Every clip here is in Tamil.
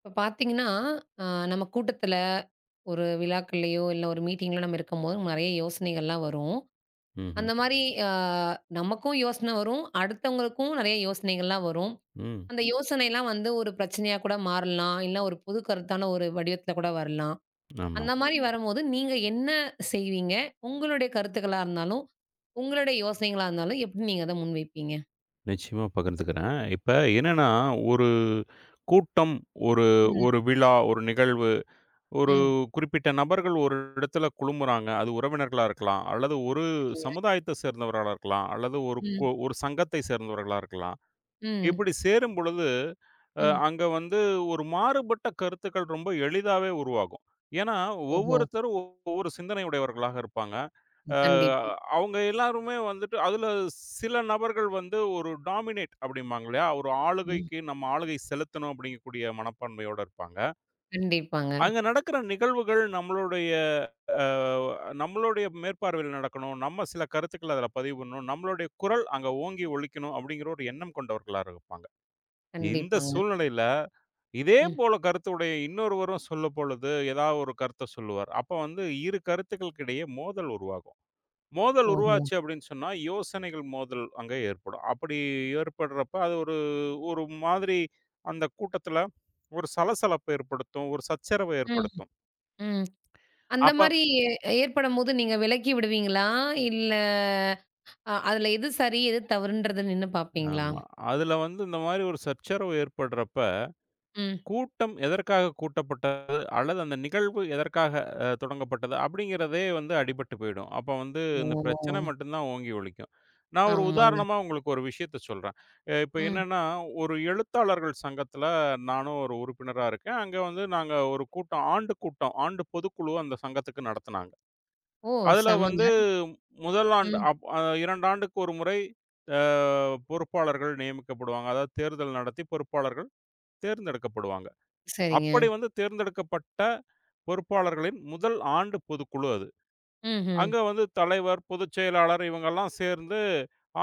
இப்ப பார்த்தீங்கன்னா, அ நம்ம கூட்டத்துல, ஒரு விழாக்கள்லயோ, இல்ல ஒரு மீட்டிங்ல நம்ம இருக்கும்போது, நெறைய யோசனைகள்லாம் வரும். ம்ஹ்ம். அந்த மாரி அ நமக்கும் யோசனை வரும். அடுத்தவங்களுக்கும் நெறைய யோசனைகள்லாம் வரும். ம். அந்த யோசனைலாம் வந்து ஒரு பிரச்சனையா கூட மாறலாம். இல்ல ஒரு புது கருத்தான ஒரு வடிவத்துல கூட வரலாம். ஆமா. அந்த மாரி வரும்போது, நீங்க என்ன செய்வீங்க? உங்களுடைய கருத்துக்களா இருந்தாலும், உங்களுடைய யோசனைகளா இருந்தாலும், எப்படி நீங்க அத முன்வைப்பீங்க? நிச்சயமா பகிர்ந்துக்கிறேன். இப்ப என்னன்னா, ஒரு கூட்டம், ஒரு ம். ஒரு விழா, ஒரு நிகழ்வு, ஒரு ம். குறிப்பிட்ட நபர்கள் ஒரு இடத்துல குழுமுறாங்க. அது உறவினர்களா இருக்கலாம், அல்லது ஒரு சரிங்க. சமுதாயத்த சேர்ந்தவர்களா இருக்கலாம், அல்லது ஒரு கு ம். ஒரு சங்கத்தை சேர்ந்தவர்களா இருக்கலாம். ம். இப்படி சேரும் பொழுது, ம். அங்க வந்து ஒரு மாறுபட்ட கருத்துக்கள் ரொம்ப எளிதாவே உருவாகும். ஏன்னா, ஓஹோ! ஒவ்வொருத்தரும் ஒவ்வொரு சிந்தனை உடையவர்களாக இருப்பாங்க. அ கண்டிப்பா. அவங்க எல்லாருமே வந்துட்டு அதுல சில நபர்கள் வந்து ஒரு டாமினேட் அப்படிம்பாங்க இல்லையா? ஒரு ம். ஆளுகைக்கு நம்ம ஆளுகை செலுத்தணும் அப்படிங்கக்கூடிய மனப்பான்மையோட இருப்பாங்க. கண்டிப்பாங்க. அங்க நடக்கிற நிகழ்வுகள் அ நம்மளுடைய மேற்பார்வையில நடக்கணும். நம்ம சில கருத்துக்கள அதுல பதிவு பண்ணணும். நம்மளுடைய குரல் அங்க ஓங்கி ஒலிக்கணும் அப்படிங்கிற ஒரு எண்ணம் கொண்டவர்களா இருப்பாங்க. இந்த கண்டிப்பாங்க. சூழ்நிலையில, இதே ம். போல கருத்துடைய இன்னொருவரும் சொல்லப்பொழுது, ஏதாவது ஒரு கருத்த சொல்லுவார். அப்ப வந்து 2 கருத்துக்களுக்கு இடையே மோதல் உருவாகும். மோதல் ஓஹோ! உருவாச்சு அப்படின்னு சொன்னா, யோசனைகள் மோதல் அங்க ஏற்படும். அப்படி ஏற்படுறப்ப, அது ஒரு ஒரு மாதிரி அந்த கூட்டத்துல ஒரு சலசலப்ப ஏற்படுத்தும். ஒரு சச்சரவ ம், ஏற்படுத்தும். ம். அந்த அப்ப மாரி ஏ ஏற்படும்போது நீங்க விலக்கி விடுவீங்களா? இல்ல அதுல எது சரி, எது தவறுன்றத நின்னு பாப்பீங்களா? ஆமா. அதுல வந்து இந்த மாரி ஒரு சச்சரவு ஏற்படுறப்ப, ம். கூட்டம் எதற்காக கூட்டப்பட்டது? அல்லது அந்த நிகழ்வு எதற்காக தொடங்கப்பட்டது? அப்படிங்கிறதே வந்து அடிபட்டு போயிடும். அப்ப வந்து இந்த பிரச்சனை ஓ! மட்டும் தான் ஓங்கி ஒலிக்கும். நான் ஒரு ஆமாங்க. உதாரணமா உங்களுக்கு ஒரு விஷயத்த சொல்றேன். இப்ப ம். என்னன்னா, ஒரு எழுத்தாளர்கள் சங்கத்தில நானும் ஒரு உறுப்பினரா இருக்கேன். அங்க வந்து நாங்க ஒரு கூட்டம் ஆண்டு கூட்டம், ஆண்டு பொதுக்குழு அந்த சங்கத்துக்கு நடத்துனாங்க. ஓ! அதுல செம்மங்க. வந்து 1 ஆண்டு ம். அப் அ 2 ஆண்டுக்கு ஒரு முறை அ பொறுப்பாளர்கள் நியமிக்கப்படுவாங்க. அதாவது தேர்தல் நடத்தி பொறுப்பாளர்கள் தேர்ந்தெடுக்கப்படுவாங்க. அப்படி சரிங்க. வந்து தேர்ந்தெடுக்கப்பட்ட பொறுப்பாளர்களின் முதல் ஆண்டு பொதுக்குழு அது. ம்ஹ்ம். அங்க வந்து தலைவர், பொதுச் செயலாளர் இவங்கெல்லாம் சேர்ந்து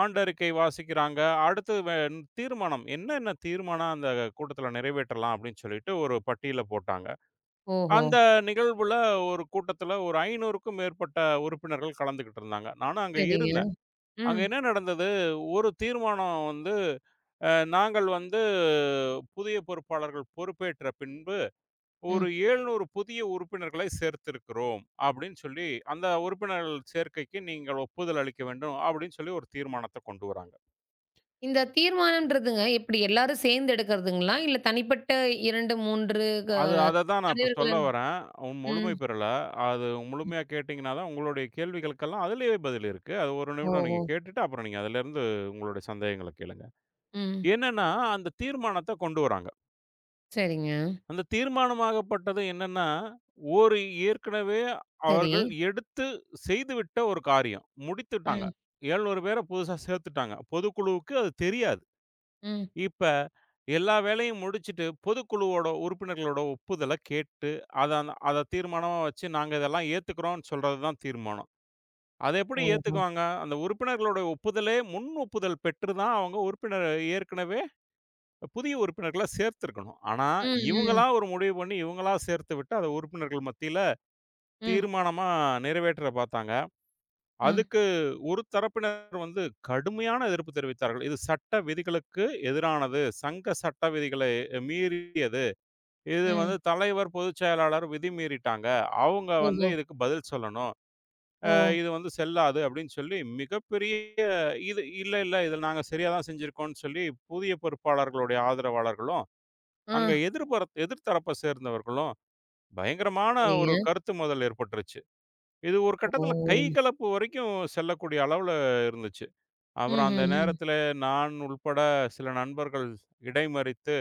ஆண்டறிக்கை வாசிக்கிறாங்க. அடுத்து தீர்மானம் என்னென்ன தீர்மானம் அந்த கூட்டத்தில நிறைவேற்றலாம் அப்படின்னு சொல்லிட்டு ஒரு பட்டியல போட்டாங்க. ஓஹோ! அந்த நிகழ்வுல ஒரு கூட்டத்தில ஒரு 500க்கும் மேற்பட்ட உறுப்பினர்கள் கலந்துக்கிட்டு இருந்தாங்க. நானும் அங்க சரிங்க. இருந்தேன். அங்க ம், என்ன நடந்தது? ஒரு தீர்மானம் வந்து நாங்கள் வந்து புதிய பொறுப்பாளர்கள் பொறுப்பேற்ற பின்பு ம். ஒரு 700 புதிய உறுப்பினர்களை சேர்த்திருக்கிறோம் அப்படின்னு சொல்லி, அந்த உறுப்பினர்கள் சேர்க்கைக்கு நீங்கள் ஒப்புதல் அளிக்க வேண்டும் அப்படின்னு சொல்லி ஒரு தீர்மானத்த கொண்டு வராங்க. இந்த தீர்மானம்ன்றதுங்க எப்படி எல்லாரும் சேர்ந்து எடுக்கிறதுங்களா? இல்ல தனிப்பட்ட 2, 3 க அத தான் நான் இப்ப சொல்ல தலைவர்களால். வரேன். உன் முழுமை ம். பெறல. அது முழுமையா கேட்டீங்கன்னா தான் உங்களுடைய கேள்விகளுக்கெல்லாம் அதிலேயே பதில் இருக்கு. அது 1 நிமிடம் ஓஹோ! நீங்க கேட்டுட்டு அப்புறம் நீங்க அதிலேருந்து உங்களுடைய சந்தேகங்கள கேளுங்க. ம். என்னன்னா அந்த தீர்மானத்த கொண்டு வராங்க. சரிங்க. அந்த தீர்மானமாகப்பட்டது என்னன்னா, ஒரு ஏற்கனவே சரி. அவர்கள் எடுத்து செய்துவிட்ட ஒரு காரியம். முடித்துட்டாங்க. ம், 700 பேர புதுசா சேர்த்துட்டாங்க. பொதுக்குழுவுக்கு அது தெரியாது. ம். இப்ப எல்லா வேலையும் முடிச்சுட்டு பொதுக்குழுவோட உறுப்பினர்களோட ஒப்புதல கேட்டு, அத தீர்மானமா வச்சு நாங்க இதெல்லாம் ஏத்துக்கிறோம்ன்னு சொல்றது தான் தீர்மானம். அத எப்படி ஓஹோ! ஏத்துக்குவாங்க? அந்த உறுப்பினர்களோட ஒப்புதலே முன் ஒப்புதல் பெற்று தான் அவங்க உறுப்பினர் ஏற்கனவே புதிய உறுப்பினர்கள சேர்த்திருக்கணும். ஆனா, ம், ம். இவங்களா ஒரு முடிவு பண்ணி, இவங்களா சேர்த்து விட்டு, அத உறுப்பினர்கள் மத்தியில ம், தீர்மானமா நிறைவேற்ற பார்த்தாங்க. ம், அதுக்கு ஒரு தரப்பினர் வந்து கடுமையான எதிர்ப்பு தெரிவித்தார்கள். இது சட்ட விதிகளுக்கு எதிரானது. சங்க சட்ட விதிகளை மீறியது. இது வந்து ம். தலைவர், பொதுச் செயலாளர் விதி மீறிட்டாங்க. அவங்க வந்து ஓஹோ! இதுக்கு பதில் சொல்லணும். ஓ! இது வந்து செல்லாது அப்படின்னு சொல்லி மிகப்பெரிய இது இல்ல, இல்ல இதில நாங்க சரியா தான் செஞ்சிருக்கோம்ன்னு சொல்லி, புதிய பொறுப்பாளர்களுடைய ஆதரவாளர்களும் ஆ. அங்க எதிர்த்தரப்ப சேர்ந்தவர்களும் பயங்கரமான ஒரு சரிங்க. கருத்து மோதல் ஏற்பட்டுருச்சு. இது ஒரு கட்டத்தில கை ஓ! கலப்பு வரைக்கும் செல்லக்கூடிய அளவுல இருந்துச்சு. அப்புறம் அந்த ம்ஹ்ஹ்ம். நேரத்தில நான் உள்பட சில நண்பர்கள் இடைமறித்து,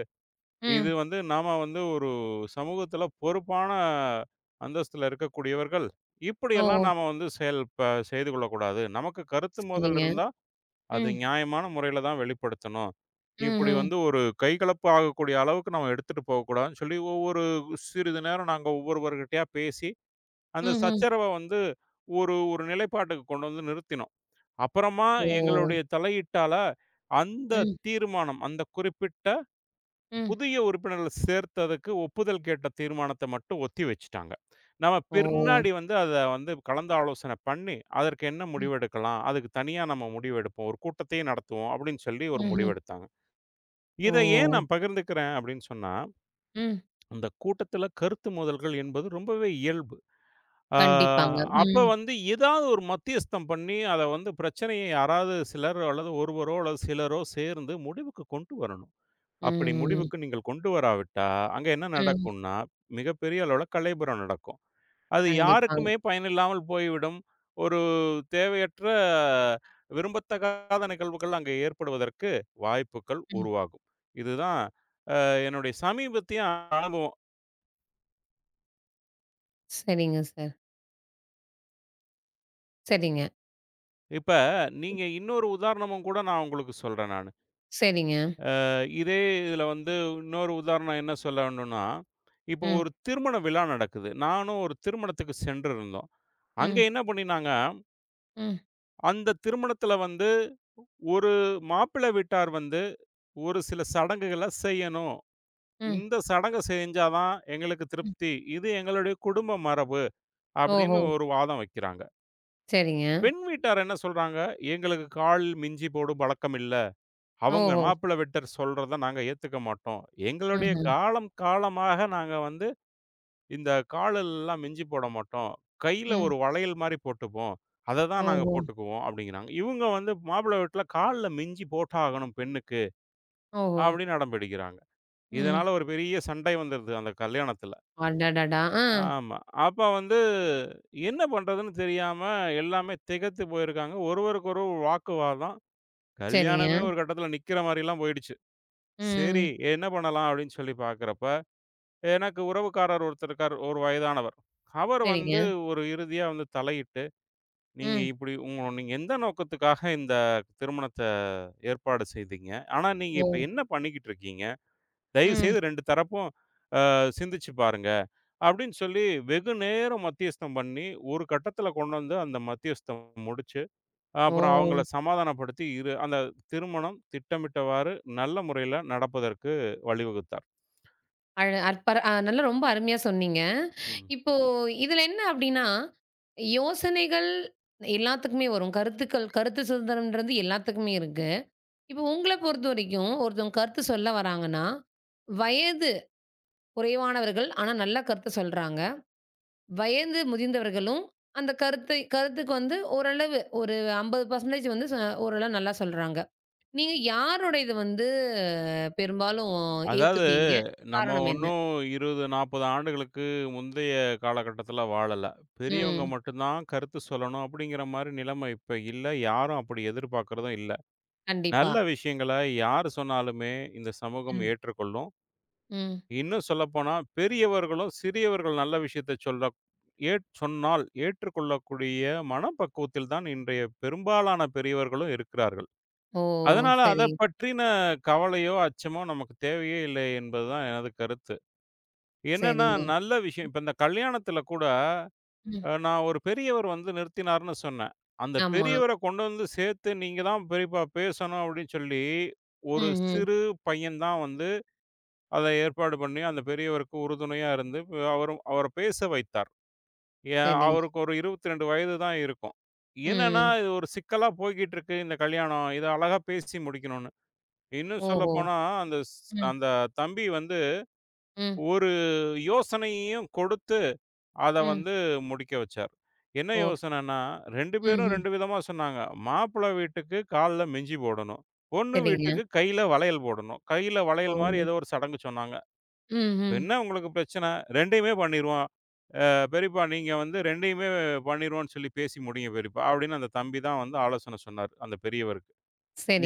இது ம். வந்து நாம வந்து ஒரு சமூகத்தில பொறுப்பான அந்தஸ்தில இருக்கக்கூடியவர்கள், இப்படியெல்லாம் ஓ! நாம வந்து செயல் ப செய்து கொள்ளக்கூடாது. நமக்கு கருத்து மோதல் சரிங்க. இருந்தா அது ம். நியாயமான முறையில தான் வெளிப்படுத்தணும். இப்படி ம்ஹ்ம். வந்து ஒரு கைகலப்பு ஆகக்கூடிய அளவுக்கு நம்ம எடுத்துட்டு போகக்கூடாதுன்னு சொல்லி, ஒவ்வொரு சிறிது நேரம் நாங்க ஒவ்வொருவர்கிட்டயா பேசி, அந்த ம்ஹ்ம். சச்சரவ வந்து ஒரு ஒரு நிலைப்பாட்டுக்கு கொண்டு வந்து நிறுத்தினோம். அப்புறமா ஓ! எங்களுடைய தலையீட்டால அந்த ம், தீர்மானம், அந்த குறிப்பிட்ட ம். புதிய உறுப்பினர்கள சேர்த்ததுக்கு ஒப்புதல் கேட்ட தீர்மானத்த மட்டும் ஒத்தி வச்சுட்டாங்க. நம்ம ஓ! பின்னாடி வந்து அத வந்து கலந்து ஆலோசனை பண்ணி, அதற்கு என்ன ம். முடிவெடுக்கலாம்? அதுக்கு தனியா நம்ம முடிவெடுப்போம். ஒரு கூட்டத்தையே நடத்துவோம் அப்படின்னு சொல்லி ஒரு ம்ஹ்ம். முடிவெடுத்தாங்க. ஓ! இத ஏன் நான் பகிர்ந்துக்கிறேன் அப்படின்னு சொன்னா, ம். அந்த கூட்டத்தில கருத்து மோதல்கள் என்பது ரொம்பவே இயல்பு. ஆ கண்டிப்பாங்க. அப்ப ம். வந்து ஏதாவது ஒரு மத்தியஸ்தம் பண்ணி அத வந்து பிரச்சனைய யாராவது சிலர் அல்லது ஒருவரோ அல்லது சிலரோ சேர்ந்து முடிவுக்கு கொண்டு வரணும். அப்படி ம். முடிவுக்கு நீங்கள் கொண்டு வராவிட்டா, அங்க என்ன ம். நடக்கும்னா, மிகப்பெரிய அளவுல கலைபுரம் நடக்கும். அது கண்டிப்பாங்க. யாருக்குமே பயனில்லாமல் போய்விடும். ஒரு தேவையற்ற விரும்பத்தகாத நிகழ்வுகள் அங்கே ஏற்படுவதற்கு வாய்ப்புகள் ம். உருவாகும். இதுதான் என்னுடைய சமீபத்திய அனுபவம். சரிங்க சார். சரிங்க. இப்ப நீங்க இப் இன்னொரு உதாரணமும் கூட நான் உங்களுக்கு சொல்றேன் நானு. சரிங்க. அ இதே இதுல வந்து இன்னொரு உதாரணம் என்ன சொல்ல வேணும்னா, இப்போ ம், ஒரு திருமண விழா நடக்குது. நானும் ஒரு திருமணத்துக்கு சென்றிருந்தோம். அங்க ம், என்ன பண்ணினாங்க ம், அந்த திருமணத்துல வந்து ஒரு மாப்பிள்ளை வீட்டார் வந்து, ஒரு சில சடங்குகள செய்யணும். ம், இந்த சடங்க செஞ்சா தான் எங்களுக்கு ம். திருப்தி. இது எங்களுடைய குடும்ப மரபு ஓஹோ! அப்படின்னு ஒரு வாதம் வைக்கிறாங்க. சரிங்க. பெண் வீட்டார் என்ன சொல்றாங்க, எங்களுக்கு கால் மிஞ்சி போடும் பழக்கம் இல்ல. அவங்க ஓஹோ! மாப்பிள்ளை வீட்டார் சொல்றத நாங்க ஏத்துக்க மாட்டோம். எங்களுடைய ம்ஹ்ம். காலம் காலமாக நாங்க வந்து இந்த காலெல்லாம் மிஞ்சி போட மாட்டோம். கையில ஒரு ம். வளையல் மாரி போட்டுப்போம். அத தான் நாங்க ஓஹோ! போட்டுக்குவோம் அப்டிங்கிறாங்க. இவுங்க வந்து மாப்பிள்ளை வீட்ல கால்ல மிஞ்சி போட்டாகணும் பெண்ணுக்கு ஓஹோ! அப்டின்னு அடம் பிடிக்கிறாங்க. ம். இதனால ஒரு பெரிய சண்டை வந்துருது அந்த கல்யாணத்துல. அடடடா! ஆ. ஆமா. அப்ப வந்து என்ன பண்றதுன்னு தெரியாம எல்லாமே திகைத்து போயிருக்காங்க. ஒருவருக்கொருவர் வாக்குவாதம். சரிங்க. கல்யாணமே ஒரு கட்டத்துல நிக்கிற மாரிலாம் போயிடுச்சு. சரி ம். என்ன பண்ணலாம் அப்டின்னு சொல்லி பார்க்குறப்ப எனக்கு உறவுக்காரர் ஒருத்தர் இருக்காரு. ஒரு வயதானவர். அவர் சரிங்க. வந்து ஒரு இறுதியா வந்து தலையிட்டு, "நீங்க ம். இப்படி நீங்க எந்த நோக்கத்துக்காக இந்த திருமணத்த ஏற்பாடு செய்தீங்க? ஆனா நீங்க இப்ப ஓ! என்ன பண்ணிக்கிட்டு இருக்கீங்க? ம். தயவுசெய்து 2 தரப்பும் சிந்திச்சு பாருங்க." அப்படின்னு சொல்லி வெகு நேரம் மத்தியஸ்தம் பண்ணி, ஒரு கட்டத்துல கொண்டு வந்து அந்த மத்தியஸ்தம் முடிச்சு, அப்புறம் அவங்கள ஓ! சமாதானப்படுத்தி அந்த திருமணம் திட்டமிட்டவாறு நல்ல முறையில நடப்பதற்கு வழிவகுத்தார். அழ அற்பர அ நல்லா ரொம்ப அருமையா சொன்னீங்க. ம். இப்போ இதுல என்ன அப்டின்னா, யோசனைகள் எல்லாத்துக்குமே வரும். கருத்துக்கள் கருத்து சுதந்திரம்ன்றது எல்லாத்துக்குமே இருக்கு. இப்போ உங்கள பொறுத்த வரைக்கும் ஒருத்தவங்க கருத்து சொல்ல வராங்கன்னா, வயது குறைவானவர்கள் ஆனா நல்ல கருத்து சொல்றாங்க. வயது முதிர்ந்தவர்களும் அந்த கருத்தை கருத்துக்கு வந்து ஓரளவு ஒரு 50% வந்து ஓரளவு நல்லா சொல்றாங்க. நீங்க யாரோட இது வந்து பெரும்பாலும் அதாவது ஏத்துப்பீங்க? நம்ம காரணம் என்ன? ஒண்ணும் 20, 40 ஆண்டுகளுக்கு முந்தைய காலகட்டத்துல வாழல. பெரியவங்க ம். மட்டுந்தான் கருத்து சொல்லணும் அப்படிங்கிற மாரி நிலைமை இப்ப இல்ல. யாரும் அப்படி எதிர்பார்க்கிறதும் இல்ல. கண்டிப்பா. நல்ல விஷயங்கள யார் சொன்னாலுமே இந்த சமூகம் ம். ஏற்றுக்கொள்ளும். ம். இன்னும் சொல்லப்போனா பெரியவர்களும், சிறியவர்கள் நல்ல விஷயத்த சொல்ல சொன்னால் ஏற்றுக்கொள்ளக்கூடிய மனப்பக்குவத்தில் தான் இன்றைய பெரும்பாலான பெரியவர்களும் இருக்கிறார்கள். ஓ! அதனால அத சரி. பற்றின கவலையோ, அச்சமோ நமக்கு தேவையே இல்லை என்பதுதான் எனது கருத்து. என்னன்னா, சரிங்க. நல்ல விஷயம். இப்ப இந்த கல்யாணத்துல கூட, ம். நான் ஒரு பெரியவர் வந்து நிறுத்தினார்ன்னு சொன்னேன். அந்த ஆமா. பெரியவர கொண்டு வந்து சேர்த்து, "நீங்க தான் பெரியப்பா பேசணும்" அப்படின்னு சொல்லி, ஒரு ம், ம். சிறு பையன் தான் வந்து அத ஏற்பாடு பண்ணி, அந்த பெரியவருக்கு உறுதுணையா இருந்து, அவரும் அவர பேச வைத்தார். ஏன் சரிங்க. அவருக்கு ஒரு 22 வயது தான் இருக்கும். என்னன்னா, ம், ம். இது ஒரு சிக்கலா போய்க்கிட்டு இருக்கு இந்த கல்யாணம். இத அழகா பேசி முடிக்கணும்னு. இன்னும் ஓஹோ! சொல்லப்போனா, அந்த ஸ் ம், அந்த தம்பி வந்து ம், ஒரு யோசனையையும் கொடுத்து அத ம். வந்து முடிக்க வச்சார். என்ன ஓ! யோசனைன்னா, 2 பேரும் ம்ஹ்ம். 2 விதமா சொன்னாங்க. மாப்பிள வீட்டுக்கு கால்ல மிஞ்சி போடணும். பொண்ணு சரிங்க. வீட்டுக்கு கையில வளையல் போடணும். கையில ஓ! வளையல் மாரி ஏதோ ஒரு சடங்கு சொன்னாங்க. ம், ம். "என்ன உங்களுக்கு பிரச்சனை? 2யுமே பண்ணிருவோம். பெரியப்பா நீங்க வந்து 2யுமே பண்ணிருவோம்ன்னு சொல்லி பேசி முடிங்க பெரியப்பா." அப்படின்னு அந்த தம்பி தான் வந்து ஆலோசனை சொன்னாரு, அந்த பெரியவருக்கு.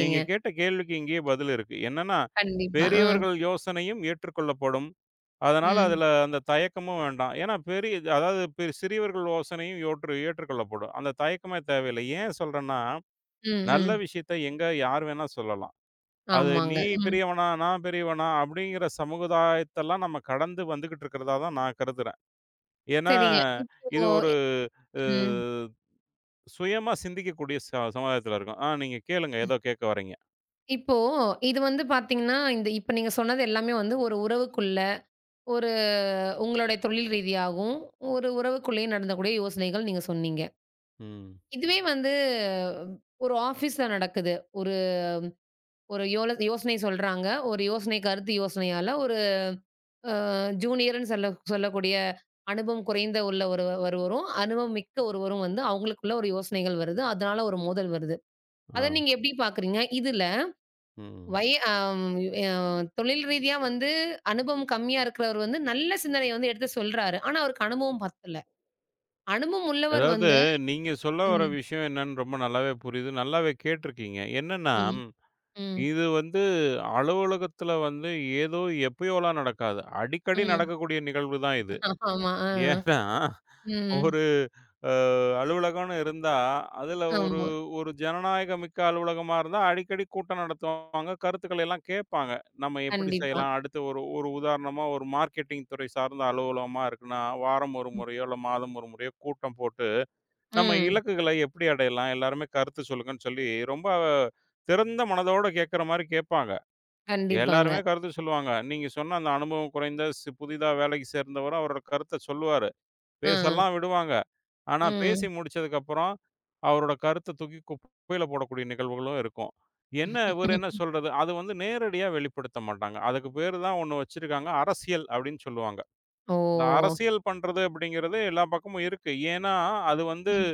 நீங்க கேட்ட கேள்விக்கு இங்கேயே பதில் இருக்கு. என்னன்னா, கண்டிப்பா. ஆ. பெரியவர்கள் யோசனையும் ஏற்றுக்கொள்ளப்படும். அதனால ம், அதில அந்த தயக்கமும் வேண்டாம். ஏன்னா அதாவது சிறியவர்கள் யோசனையும் ஏற்றுக்கொள்ளப்படும். அந்த தயக்கமே தேவையில்லை. ஏன் சொல்றேன்னா, ம், நல்ல ம். விஷயத்த எங்க யார் வேணா சொல்லலாம். அது ஆமாங்க. நீ ம். பெரியவனா, நான் பெரியவனா அப்படிங்கிற சமுதாயத்தெல்லாம் நம்ம கடந்து வந்துகிட்டு இருக்கிறதா தான் நான் கருதுறேன். ஏன்னா, சரிங்க. இது இப்போ ஒரு அ ம். சுயமா சிந்திக்கக்கூடிய சமுதாயத்தில இருக்கோம். ஆ நீங்க கேளுங்க. ஏதோ கேட்க வர்றீங்க. இப்போ இது வந்து பாத்தீங்கன்னா, இந்த இப்ப நீங்க சொன்னது எல்லாமே வந்து ஒரு உறவுக்குள்ள, ஒரு உங்களுடைய தொழில் ரீதியாகவும், ஒரு உறவுக்குள்ளேயும் நடந்தக்கூடிய யோசனைகள் நீங்க சொன்னீங்க. ம். இதுவே வந்து ஒரு ஆஃபீஸ்ல நடக்குது. ஒரு ஒரு யோல யோசனை சொல்றாங்க. ஒரு யோசனை கருத்து யோசனையால ஒரு அ ஜூனியர்ன்னு சொல்ல சொல்லக்கூடிய அனுபவம் குறைந்த உள்ள ஒருவரும், அனுபவம் மிக்க ஒருவரும் வந்து அவங்களுக்குள்ள ஒரு யோசனைகள் வருது. அதனால ஒரு மோதல் வருது. ஆ. அத நீங்க எப்படி பார்க்குறீங்க? இதுல ம். வய அம் அ தொழில் ரீதியா வந்து அனுபவம் கம்மியா இருக்கிறவர் வந்து நல்ல சிந்தனைய வந்து எடுத்து சொல்றாரு. ஆனா அவருக்கு அனுபவம் பத்தல. அனுபவம் உள்ளவர் அதாவது வந்து நீங்க சொல்ல வர ம், விஷயம் என்னன்னு ரொம்ப நல்லாவே புரியுது. நல்லாவே கேட்டிருக்கீங்க. என்னன்னா, ம், ம், இது வந்து அலுவலகத்தில வந்து ஏதோ எப்பயோலாம் நடக்காது. அடிக்கடி ம். நடக்கக்கூடிய நிகழ்வு தான் இது. ஆமா. ஆ. ஏன்னா, ம். ஒரு அ அலுவலகம்னு இருந்தா, அதில ஒரு ஆமா. ஒரு ஜனநாயகமிக்க அலுவலகமா இருந்தா, அடிக்கடி கூட்டம் நடத்துவாங்க. கருத்துக்களை எல்லாம் கேட்பாங்க. நம்ம எப்படி கண்டிப்பா. செய்யலாம்? அடுத்து ஒரு ஒரு உதாரணமா ஒரு மார்க்கெட்டிங் துறை சார்ந்த அலுவலகமா இருக்குன்னா, வாரம் ஒரு ம். முறையோ, இல்ல மாதம் ஒரு முறையோ கூட்டம் போட்டு நம்ம ம். இலக்குகள எப்படி அடையலாம்? எல்லாருமே கருத்து சொல்லுங்கன்னு சொல்லி, ரொம்ப திறந்த மனதோட கேட்கிற மாரி கேட்பாங்க. கண்டிப்பாங்க. எல்லாருமே கருத்து சொல்லுவாங்க. நீங்க சொன்ன அந்த அனுபவம் குறைந்த புதிதா வேலைக்கு சேர்ந்தவரும் அவரோட கருத்த சொல்லுவாரு. ஆ. பேசலாம் விடுவாங்க. ஆனா பேசி ம். முடிச்சதுக்கப்புறம், அவரோட கருத்த தூக்கி குப்பையில போடக்கூடிய நிகழ்வுகளும் இருக்கும். என்ன இவரு என்ன சொல்றது? அது வந்து நேரடியா வெளிப்படுத்த மாட்டாங்க. அதுக்கு பேரு தான் ஒண்ணு வச்சிருக்காங்க, "அரசியல்" அப்படின்னு சொல்லுவாங்க. இந்த ஓ! அரசியல் பண்றது அப்படிங்கிறது எல்லா பக்கமும் இருக்கு. ஏன்னா, அது வந்து ம்.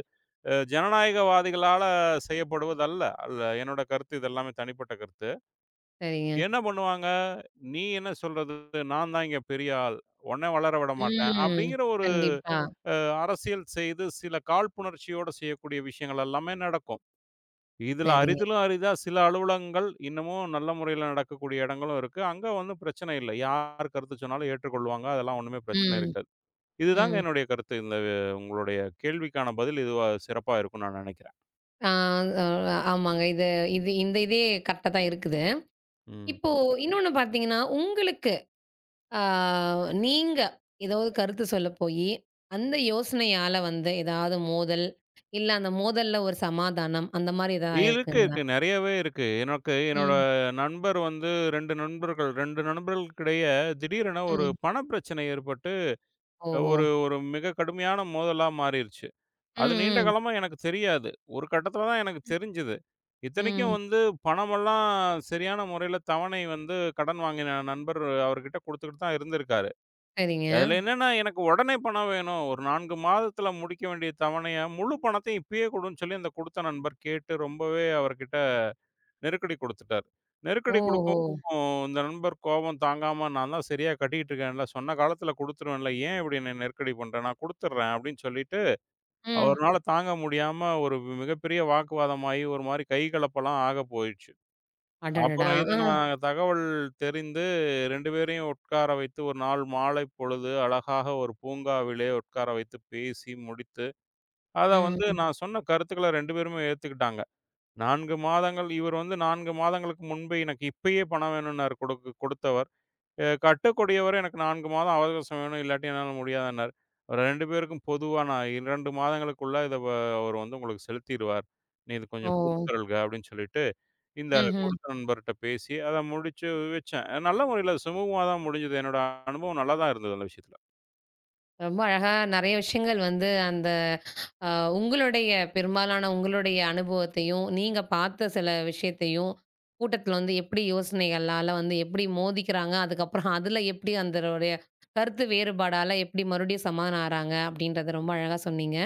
ஜனநாயகவாதிகளால செய்யப்படுவதல்ல. அல்ல என்னோட கருத்து இது எல்லாமே தனிப்பட்ட கருத்து. சரிங்க. என்ன பண்ணுவாங்க, "நீ என்ன சொல்றது? நான் தான் இங்க பெரிய ஆள். உன்ன வளர விட மாட்டேன்." ம். அப்படிங்கிற ஒரு கண்டிப்பா. அ அரசியல் செய்து சில காழ்ப்புணர்ச்சியோட செய்யக்கூடிய விஷயங்கள் எல்லாமே நடக்கும். இதில சரிங்க. அரிதிலும் அரிதா சில அலுவலகங்கள் இன்னமும் நல்ல முறையில நடக்கக்கூடிய இடங்களும் இருக்கு. அங்க ஒண்ணும் பிரச்சனை இல்ல. யார் கருத்து சொன்னாலும் ஏற்றுக்கொள்வாங்க. அதெல்லாம் ஒண்ணுமே பிரச்சனை ம். இருக்காது. இதுதாங்க ம். என்னுடைய கருத்து. இந்த உங்களுடைய கேள்விக்கான பதில் இதுவா சிறப்பா இருக்கும்னு நான் நெனைக்கிறேன். ஆ அ ஆமாங்க. இது இது இதே கரெக்ட்டா தான் இருக்குது. ம். இப்போ இன்னொன்னு பார்த்தீங்கன்னா, உங்களுக்கு ஆ நீங்க ஏதாவது கருத்து சொல்ல போயி, அந்த யோசனையால வந்து ஏதாவது மோதல், இல்ல அந்த மோதல்ல ஒரு சமாதானம் அந்த மாரி ஏதாவது இருக்கு, ஆயிருக்குங்களா? இருக்கு. நெறையவே இருக்கு. எனக்கு என்னோட ம், நண்பர் வந்து 2 நண்பர்கள் 2 நண்பர்களுக்கிடையே திடீரென ஒரு ம். பண பிரச்சனை ஏற்பட்டு, ஓஹோ! ஒரு ஒரு மிக கடுமையான மோதலா மாறிருச்சு. ம், அது நீண்ட ம், காலமா எனக்கு தெரியாது. ஒரு கட்டத்தில தான் எனக்கு தெரிஞ்சது. இத்தனைக்கும் ம். வந்து பணமெல்லாம் சரியான முறையில தவணை வந்து கடன் வாங்கின நண்பர் அவர்கிட்ட குடுத்துக்கிட்டு தான் இருந்திருக்காரு. சரிங்க. அதுல என்னன்னா, எனக்கு உடனே பணம் வேணும். ஒரு 4 மாதத்துல முடிக்க வேண்டிய தவணைய, முழு பணத்தையும் இப்பயே குடுன்னு சொல்லி அந்த குடுத்த நண்பர் கேட்டு ரொம்பவே அவர்கிட்ட நெருக்கடி குடுத்துட்டாரு. நெருக்கடி ஓஹோ! குடுக்கவும் இந்த நண்பர் கோபம் தாங்காம, "நான் தான் சரியா கட்டிக்கிட்டு இருக்கேன்ல, சொன்ன காலத்துல குடுத்துருவேன்ல, ஏன் இப்படி என்ன நெருக்கடி பண்ற? நான் குடுத்துர்றேன்." அப்படின்னு சொல்லிட்டு ம். அவருனால தாங்க முடியாம ஒரு மிகப்பெரிய வாக்குவாதமாயி, ஒரு மாரி கை கலப்பெல்லாம் ஆக போயிருச்சு. அடடடா! அப்புறம் இத ஆ. நான் தகவல் தெரிந்து 2 பேரையும் உட்கார வைத்து ஒரு நாள் மாலை பொழுது அழகாக ஒரு பூங்காவிலே உட்கார வைத்து பேசி முடித்து, அத வந்து ம். நான் சொன்ன கருத்துக்கள 2 பேருமே ஏத்துக்கிட்டாங்க. 4 மாதங்கள் இவர் வந்து 4 மாதங்களுக்கு முன்பே எனக்கு இப்பயே பணம் வேணும்னாரு குடுத்தவர். கட்டக்கூடியவர் எனக்கு 4 மாதம் அவகாசம் வேணும் இல்லாட்டி என்னால முடியாதுன்னாரு. ஒரு 2 பேருக்கும் பொதுவா நான் 2 மாதங்களுக்குள்ள இத அவர் வந்து உங்களுக்கு செலுத்திருவார். நீ இது கொஞ்சம் ஓ! பொறுத்திருள்க அப்படின்னு சொல்லிட்டு இந்த ம்ஹ்ம். கொடுத்த நண்பர்ட்ட பேசி, அத முடிச்சு வச்சேன். நல்ல முறையில சுமூகமா தான் முடிஞ்சது. என்னோட அனுபவம் நல்லா தான் இருந்தது அந்த விஷயத்துல. ரொம்ப அழகா நெறைய விஷயங்கள் வந்து அந்த அ உங்களுடைய பெரும்பாலான உங்களுடைய அனுபவத்தையும், நீங்க பார்த்த சில விஷயத்தையும், கூட்டத்தில வந்து எப்படி யோசனைகளால வந்து எப்படி மோதிக்கிறாங்க? அதுக்கப்புறம் அதில எப்படி அந்தனுடைய கருத்து வேறுபாடால எப்படி மறுபடியும் சமாதானம் ஆறாங்க? அப்படின்றத ரொம்ப அழகா சொன்னீங்க.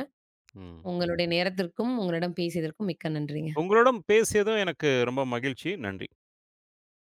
ம். உங்களுடைய நேரத்திற்கும், உங்களிடம் பேசியதற்கும் மிக்க நன்றிங்க. உங்களுடன் பேசியதும் எனக்கு ரொம்ப மகிழ்ச்சி. நன்றி.